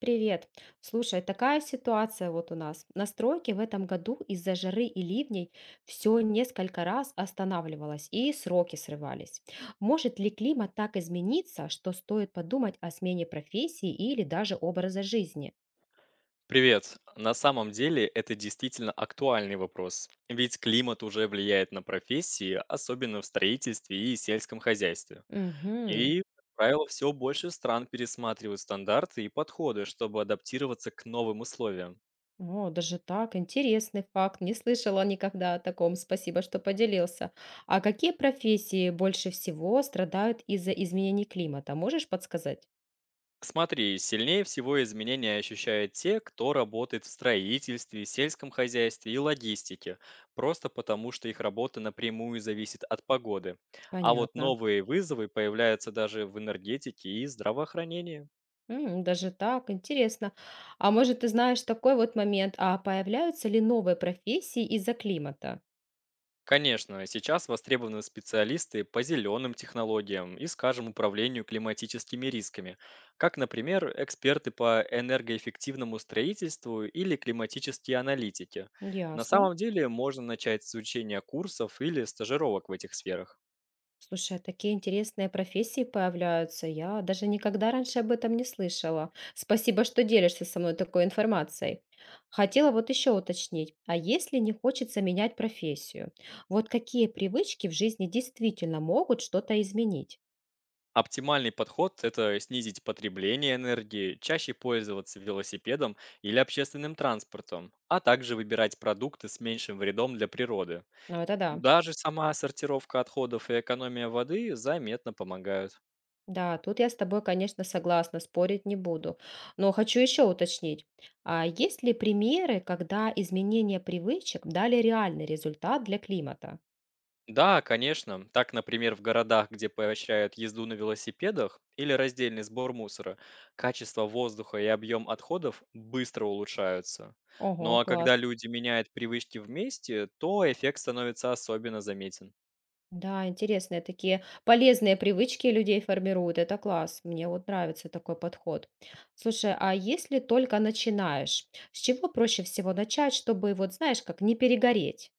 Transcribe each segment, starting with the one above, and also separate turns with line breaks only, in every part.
Привет. Слушай, такая ситуация вот у нас. На стройке в этом году из-за жары и ливней все несколько раз останавливалось и сроки срывались. Может ли климат так измениться, что стоит подумать о смене профессии или даже образа жизни?
Привет. На самом деле это действительно актуальный вопрос, ведь климат уже влияет на профессии, особенно в строительстве и сельском хозяйстве.
Угу.
И, как правило, все больше стран пересматривают стандарты и подходы, чтобы адаптироваться к новым условиям.
О, даже так, интересный факт. Не слышала никогда о таком. Спасибо, что поделился. А какие профессии больше всего страдают из-за изменений климата? Можешь подсказать?
Смотри, сильнее всего изменения ощущают те, кто работает в строительстве, сельском хозяйстве и логистике, просто потому что их работа напрямую зависит от погоды. А вот
Понятно.
новые вызовы появляются даже в энергетике и здравоохранении.
М, даже так, интересно. А может, ты знаешь такой вот момент, а появляются ли новые профессии из-за климата?
Конечно, сейчас востребованы специалисты по зеленым технологиям и, скажем, управлению климатическими рисками, как, например, эксперты по энергоэффективному строительству или климатические аналитики. На
Ясно.
самом деле можно начать с изучения курсов или стажировок в этих сферах.
Слушай, а такие интересные профессии появляются. Я даже никогда раньше об этом не слышала. Спасибо, что делишься со мной такой информацией. Хотела вот еще уточнить, а если не хочется менять профессию, вот какие привычки в жизни действительно могут что-то изменить?
Оптимальный подход– это снизить потребление энергии, чаще пользоваться велосипедом или общественным транспортом, а также выбирать продукты с меньшим вредом для природы.
Ну это да.
Даже сама сортировка отходов и экономия воды заметно помогают.
Да, тут я с тобой, конечно, согласна, спорить не буду. Но хочу еще уточнить, а есть ли примеры, когда изменения привычек дали реальный результат для климата?
Да, конечно. Так, например, в городах, где поощряют езду на велосипедах или раздельный сбор мусора, качество воздуха и объем отходов быстро улучшаются. Ну
Ого,
а
класс.
когда люди меняют привычки вместе, то эффект становится особенно заметен.
Да, интересные такие полезные привычки людей формируют. Это класс. Мне вот нравится такой подход. Слушай, а если только начинаешь, с чего проще всего начать, чтобы вот, знаешь, как не перегореть?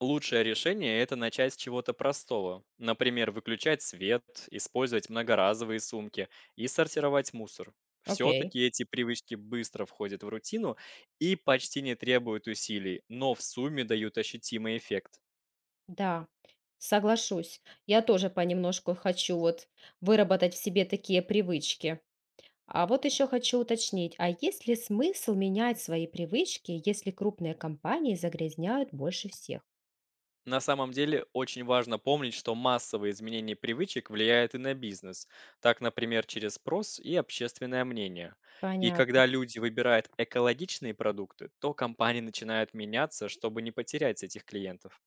Лучшее решение– это начать с чего-то простого. Например, выключать свет, использовать многоразовые сумки и сортировать мусор.
Окей.
Все-таки эти привычки быстро входят в рутину и почти не требуют усилий, но в сумме дают ощутимый эффект.
Да, соглашусь. Я тоже понемножку хочу вот выработать в себе такие привычки. А вот еще хочу уточнить, а есть ли смысл менять свои привычки, если крупные компании загрязняют больше всех?
На самом деле очень важно помнить, что массовые изменения привычек влияют и на бизнес. Так, например, через спрос и общественное мнение. И
Понятно.
когда люди выбирают экологичные продукты, то компании начинают меняться, чтобы не потерять этих клиентов.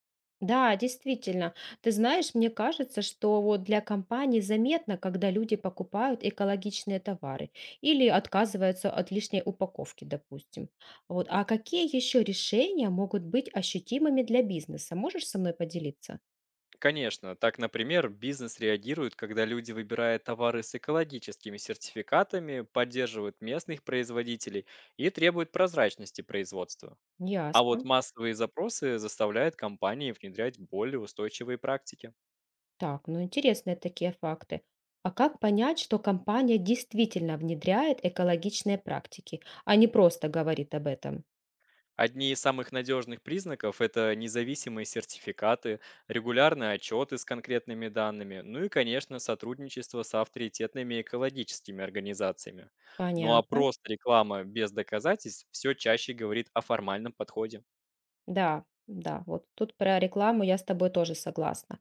Да, действительно. Ты знаешь, мне кажется, что вот для компаний заметно, когда люди покупают экологичные товары или отказываются от лишней упаковки, допустим. Вот. А какие еще решения могут быть ощутимыми для бизнеса? Можешь со мной поделиться?
Конечно, так, например, бизнес реагирует, когда люди выбирают товары с экологическими сертификатами, поддерживают местных производителей и требуют прозрачности производства. А вот
Ясно.
массовые запросы заставляют компании внедрять более устойчивые практики.
Так, ну интересные такие факты. А как понять, что компания действительно внедряет экологичные практики, а не просто говорит об этом?
Одни из самых надежных признаков– это независимые сертификаты, регулярные отчеты с конкретными данными, ну и, конечно, сотрудничество с авторитетными экологическими организациями. Ну а
Понятно.
просто реклама без доказательств все чаще говорит о формальном подходе.
Да, да, вот тут про рекламу я с тобой тоже согласна.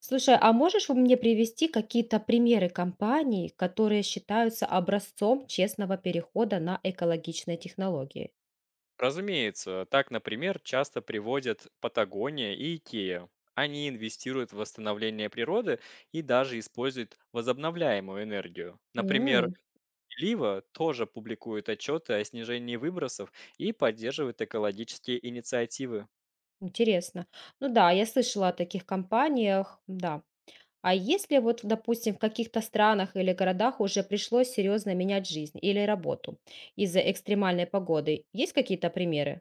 Слушай, а можешь мне привести какие-то примеры компаний, которые считаются образцом честного перехода на экологичные технологии?
Разумеется, так, например, часто приводят Патагония и Икея. Они инвестируют в восстановление природы и даже используют возобновляемую энергию. Например,
М,
Лива тоже публикует отчеты о снижении выбросов и поддерживает экологические инициативы.
интересно. Ну да, я слышала о таких компаниях, да. А если вот, допустим, в каких-то странах или городах уже пришлось серьезно менять жизнь или работу из-за экстремальной погоды, есть какие-то примеры?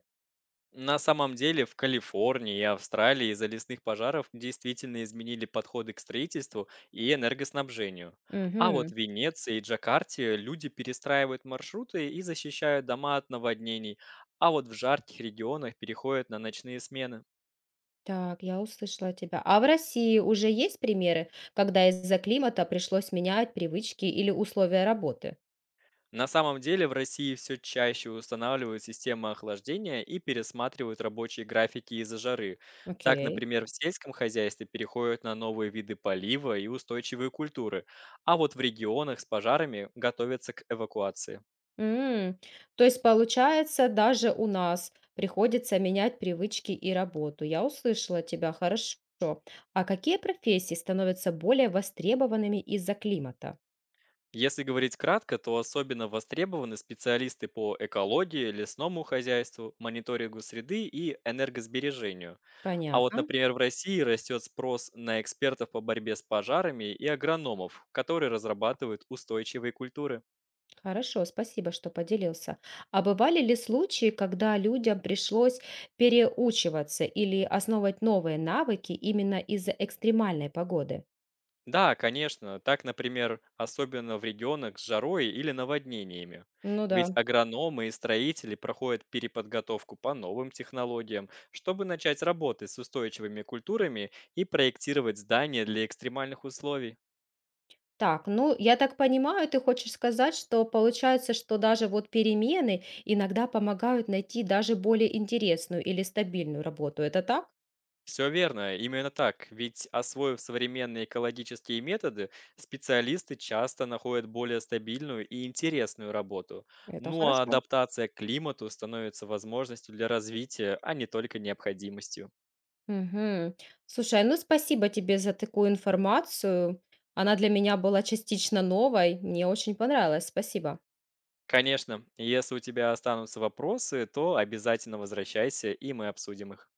На самом деле в Калифорнии и Австралии из-за лесных пожаров действительно изменили подходы к строительству и энергоснабжению. А вот в
Мгм.
Венеции и Джакарте люди перестраивают маршруты и защищают дома от наводнений, а вот в жарких регионах переходят на ночные смены.
Так, я услышала тебя. А в России уже есть примеры, когда из-за климата пришлось менять привычки или условия работы?
На самом деле в России все чаще устанавливают системы охлаждения и пересматривают рабочие графики из-за жары. Так,
Окей.
например, в сельском хозяйстве переходят на новые виды полива и устойчивые культуры, а вот в регионах с пожарами готовятся к эвакуации.
М, то есть, получается, даже у нас приходится менять привычки и работу. Я услышала тебя, хорошо. А какие профессии становятся более востребованными из-за климата?
Если говорить кратко, то особенно востребованы специалисты по экологии, лесному хозяйству, мониторингу среды и энергосбережению. А вот,
Понятно.
например, в России растет спрос на экспертов по борьбе с пожарами и агрономов, которые разрабатывают устойчивые культуры.
Хорошо, спасибо, что поделился. А бывали ли случаи, когда людям пришлось переучиваться или основывать новые навыки именно из-за экстремальной погоды?
Да, конечно, так, например, особенно в регионах с жарой или наводнениями.
Ну да.
Ведь агрономы и строители проходят переподготовку по новым технологиям, чтобы начать работать с устойчивыми культурами и проектировать здания для экстремальных условий.
Так, ну я так понимаю, ты хочешь сказать, что получается, что даже вот перемены иногда помогают найти даже более интересную или стабильную работу. Это так?
Все верно, именно так. Ведь освоив современные экологические методы, специалисты часто находят более стабильную и интересную работу.
Это
Ну а
хорошо.
адаптация к климату становится возможностью для развития, а не только необходимостью.
Мгм. Слушай, ну спасибо тебе за такую информацию. Она для меня была частично новой. Мне очень понравилось. Спасибо.
Конечно, если у тебя останутся вопросы, то обязательно возвращайся, и мы обсудим их.